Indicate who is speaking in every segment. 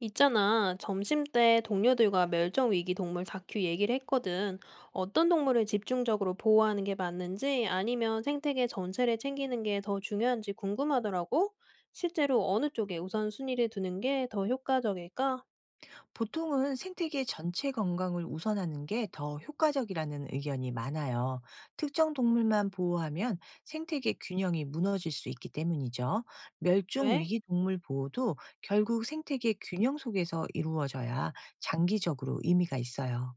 Speaker 1: 있잖아, 점심 때 동료들과 멸종위기 동물 다큐 얘기를 했거든. 어떤 동물을 집중적으로 보호하는 게 맞는지 아니면 생태계 전체를 챙기는 게 더 중요한지 궁금하더라고. 실제로 어느 쪽에 우선순위를 두는 게 더 효과적일까?
Speaker 2: 보통은 생태계 전체 건강을 우선하는 게 더 효과적이라는 의견이 많아요. 특정 동물만 보호하면 생태계 균형이 무너질 수 있기 때문이죠. 멸종
Speaker 1: 그래?
Speaker 2: 위기 동물 보호도 결국 생태계 균형 속에서 이루어져야 장기적으로 의미가 있어요.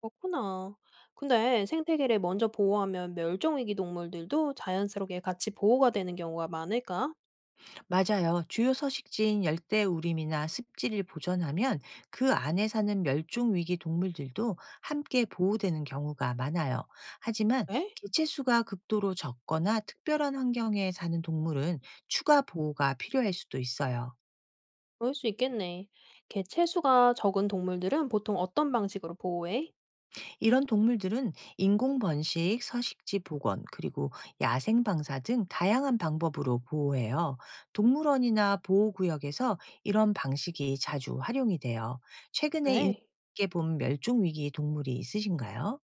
Speaker 1: 그렇구나. 근데 생태계를 먼저 보호하면 멸종위기 동물들도 자연스럽게 같이 보호가 되는 경우가 많을까?
Speaker 2: 맞아요. 주요 서식지인 열대우림이나 습지를 보존하면 그 안에 사는 멸종위기 동물들도 함께 보호되는 경우가 많아요. 하지만
Speaker 1: 그래?
Speaker 2: 개체수가 극도로 적거나 특별한 환경에 사는 동물은 추가 보호가 필요할 수도 있어요.
Speaker 1: 그럴 수 있겠네. 개체수가 적은 동물들은 보통 어떤 방식으로 보호해?
Speaker 2: 이런 동물들은 인공 번식, 서식지 복원, 그리고 야생 방사 등 다양한 방법으로 보호해요. 동물원이나 보호구역에서 이런 방식이 자주 활용이 돼요. 최근에
Speaker 1: 그래.
Speaker 2: 인상깊게 본 멸종 위기 동물이 있으신가요?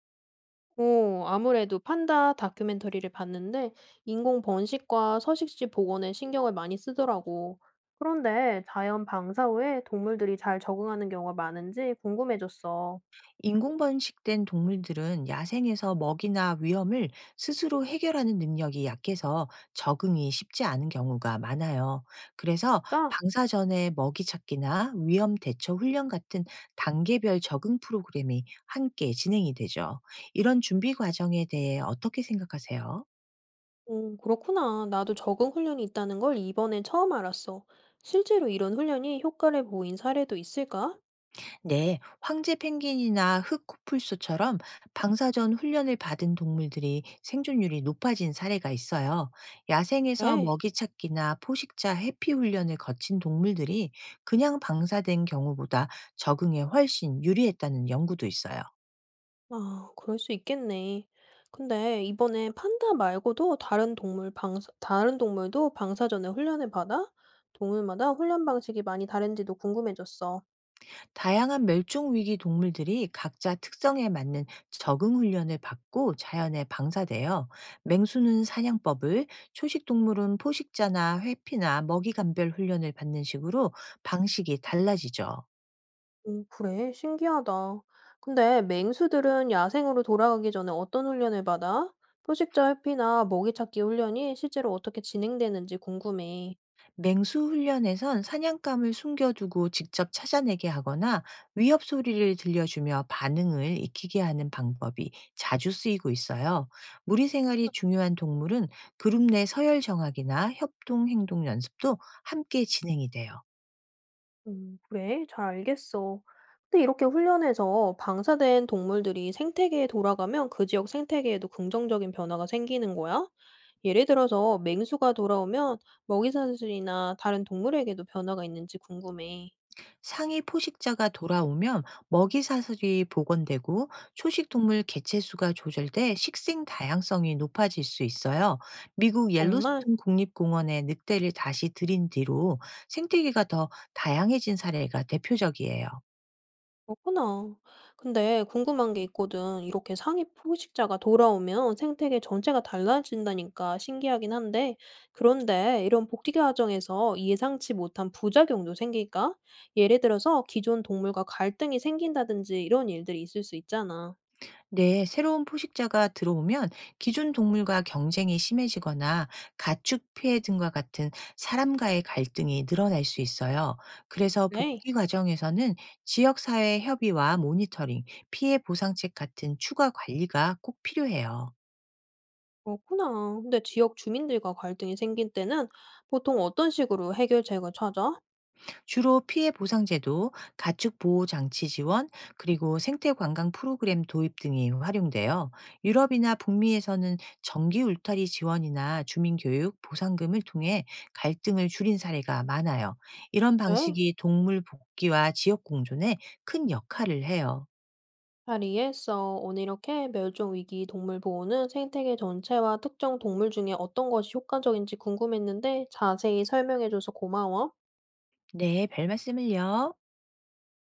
Speaker 1: 아무래도 판다 다큐멘터리를 봤는데 인공 번식과 서식지 복원에 신경을 많이 쓰더라고. 그런데 자연 방사 후에 동물들이 잘 적응하는 경우가 많은지 궁금해졌어.
Speaker 2: 인공 번식된 동물들은 야생에서 먹이나 위험을 스스로 해결하는 능력이 약해서 적응이 쉽지 않은 경우가 많아요. 그래서
Speaker 1: 짜?
Speaker 2: 방사 전에 먹이 찾기나 위험 대처 훈련 같은 단계별 적응 프로그램이 함께 진행이 되죠. 이런 준비 과정에 대해 어떻게 생각하세요?
Speaker 1: 그렇구나. 나도 적응 훈련이 있다는 걸 이번에 처음 알았어. 실제로 이런 훈련이 효과를 보인 사례도 있을까?
Speaker 2: 네, 황제 펭귄이나 흑코뿔소처럼 방사전 훈련을 받은 동물들이 생존율이 높아진 사례가 있어요. 야생에서
Speaker 1: 네.
Speaker 2: 먹이 찾기나 포식자 해피 훈련을 거친 동물들이 그냥 방사된 경우보다 적응에 훨씬 유리했다는 연구도 있어요.
Speaker 1: 아 그럴 수 있겠네. 근데 이번에 판다 말고도 다른 동물도 방사전에 훈련을 받아? 동물마다 훈련 방식이 많이 다른지도 궁금해졌어.
Speaker 2: 다양한 멸종 위기 동물들이 각자 특성에 맞는 적응 훈련을 받고 자연에 방사돼요. 맹수는 사냥법을, 초식 동물은 포식자나 회피나 먹이 감별 훈련을 받는 식으로 방식이 달라지죠.
Speaker 1: 음, 그래? 신기하다. 근데 맹수들은 야생으로 돌아가기 전에 어떤 훈련을 받아? 포식자 회피나 먹이 찾기 훈련이 실제로 어떻게 진행되는지 궁금해.
Speaker 2: 맹수 훈련에선 사냥감을 숨겨두고 직접 찾아내게 하거나 위협 소리를 들려주며 반응을 익히게 하는 방법이 자주 쓰이고 있어요. 무리 생활이 중요한 동물은 그룹 내 서열 정학이나 협동 행동 연습도 함께 진행이 돼요.
Speaker 1: 그래. 잘 알겠어. 근데 이렇게 훈련해서 방사된 동물들이 생태계에 돌아가면 그 지역 생태계에도 긍정적인 변화가 생기는 거야? 예를 들어서 맹수가 돌아오면 먹이 사슬이나 다른 동물에게도 변화가 있는지 궁금해.
Speaker 2: 상위 포식자가 돌아오면 먹이 사슬이 복원되고 초식 동물 개체 수가 조절돼 식생 다양성이 높아질 수 있어요. 미국
Speaker 1: 정말
Speaker 2: 옐로스톤 국립공원에 늑대를 다시 들인 뒤로 생태계가 더 다양해진 사례가 대표적이에요.
Speaker 1: 그렇구나. 근데 궁금한 게 있거든. 이렇게 상위 포식자가 돌아오면 생태계 전체가 달라진다니까 신기하긴 한데, 그런데 이런 복지 과정에서 예상치 못한 부작용도 생길까? 예를 들어서 기존 동물과 갈등이 생긴다든지 이런 일들이 있을 수 있잖아.
Speaker 2: 네, 새로운 포식자가 들어오면 기존 동물과 경쟁이 심해지거나 가축 피해 등과 같은 사람과의 갈등이 늘어날 수 있어요. 그래서
Speaker 1: 네,
Speaker 2: 복귀 과정에서는 지역사회 협의와 모니터링, 피해 보상책 같은 추가 관리가 꼭 필요해요.
Speaker 1: 그렇구나. 근데 지역 주민들과 갈등이 생길 때는 보통 어떤 식으로 해결책을 찾아?
Speaker 2: 주로 피해 보상제도, 가축 보호 장치 지원, 그리고 생태 관광 프로그램 도입 등이 활용돼요. 유럽이나 북미에서는 정기 울타리 지원이나 주민 교육, 보상금을 통해 갈등을 줄인 사례가 많아요. 이런
Speaker 1: 네.
Speaker 2: 방식이 동물 복귀와 지역 공존에 큰 역할을 해요.
Speaker 1: 파리에 서 오늘 이렇게 멸종위기 동물 보호는 생태계 전체와 특정 동물 중에 어떤 것이 효과적인지 궁금했는데 자세히 설명해줘서 고마워.
Speaker 2: 네, 별 말씀을요.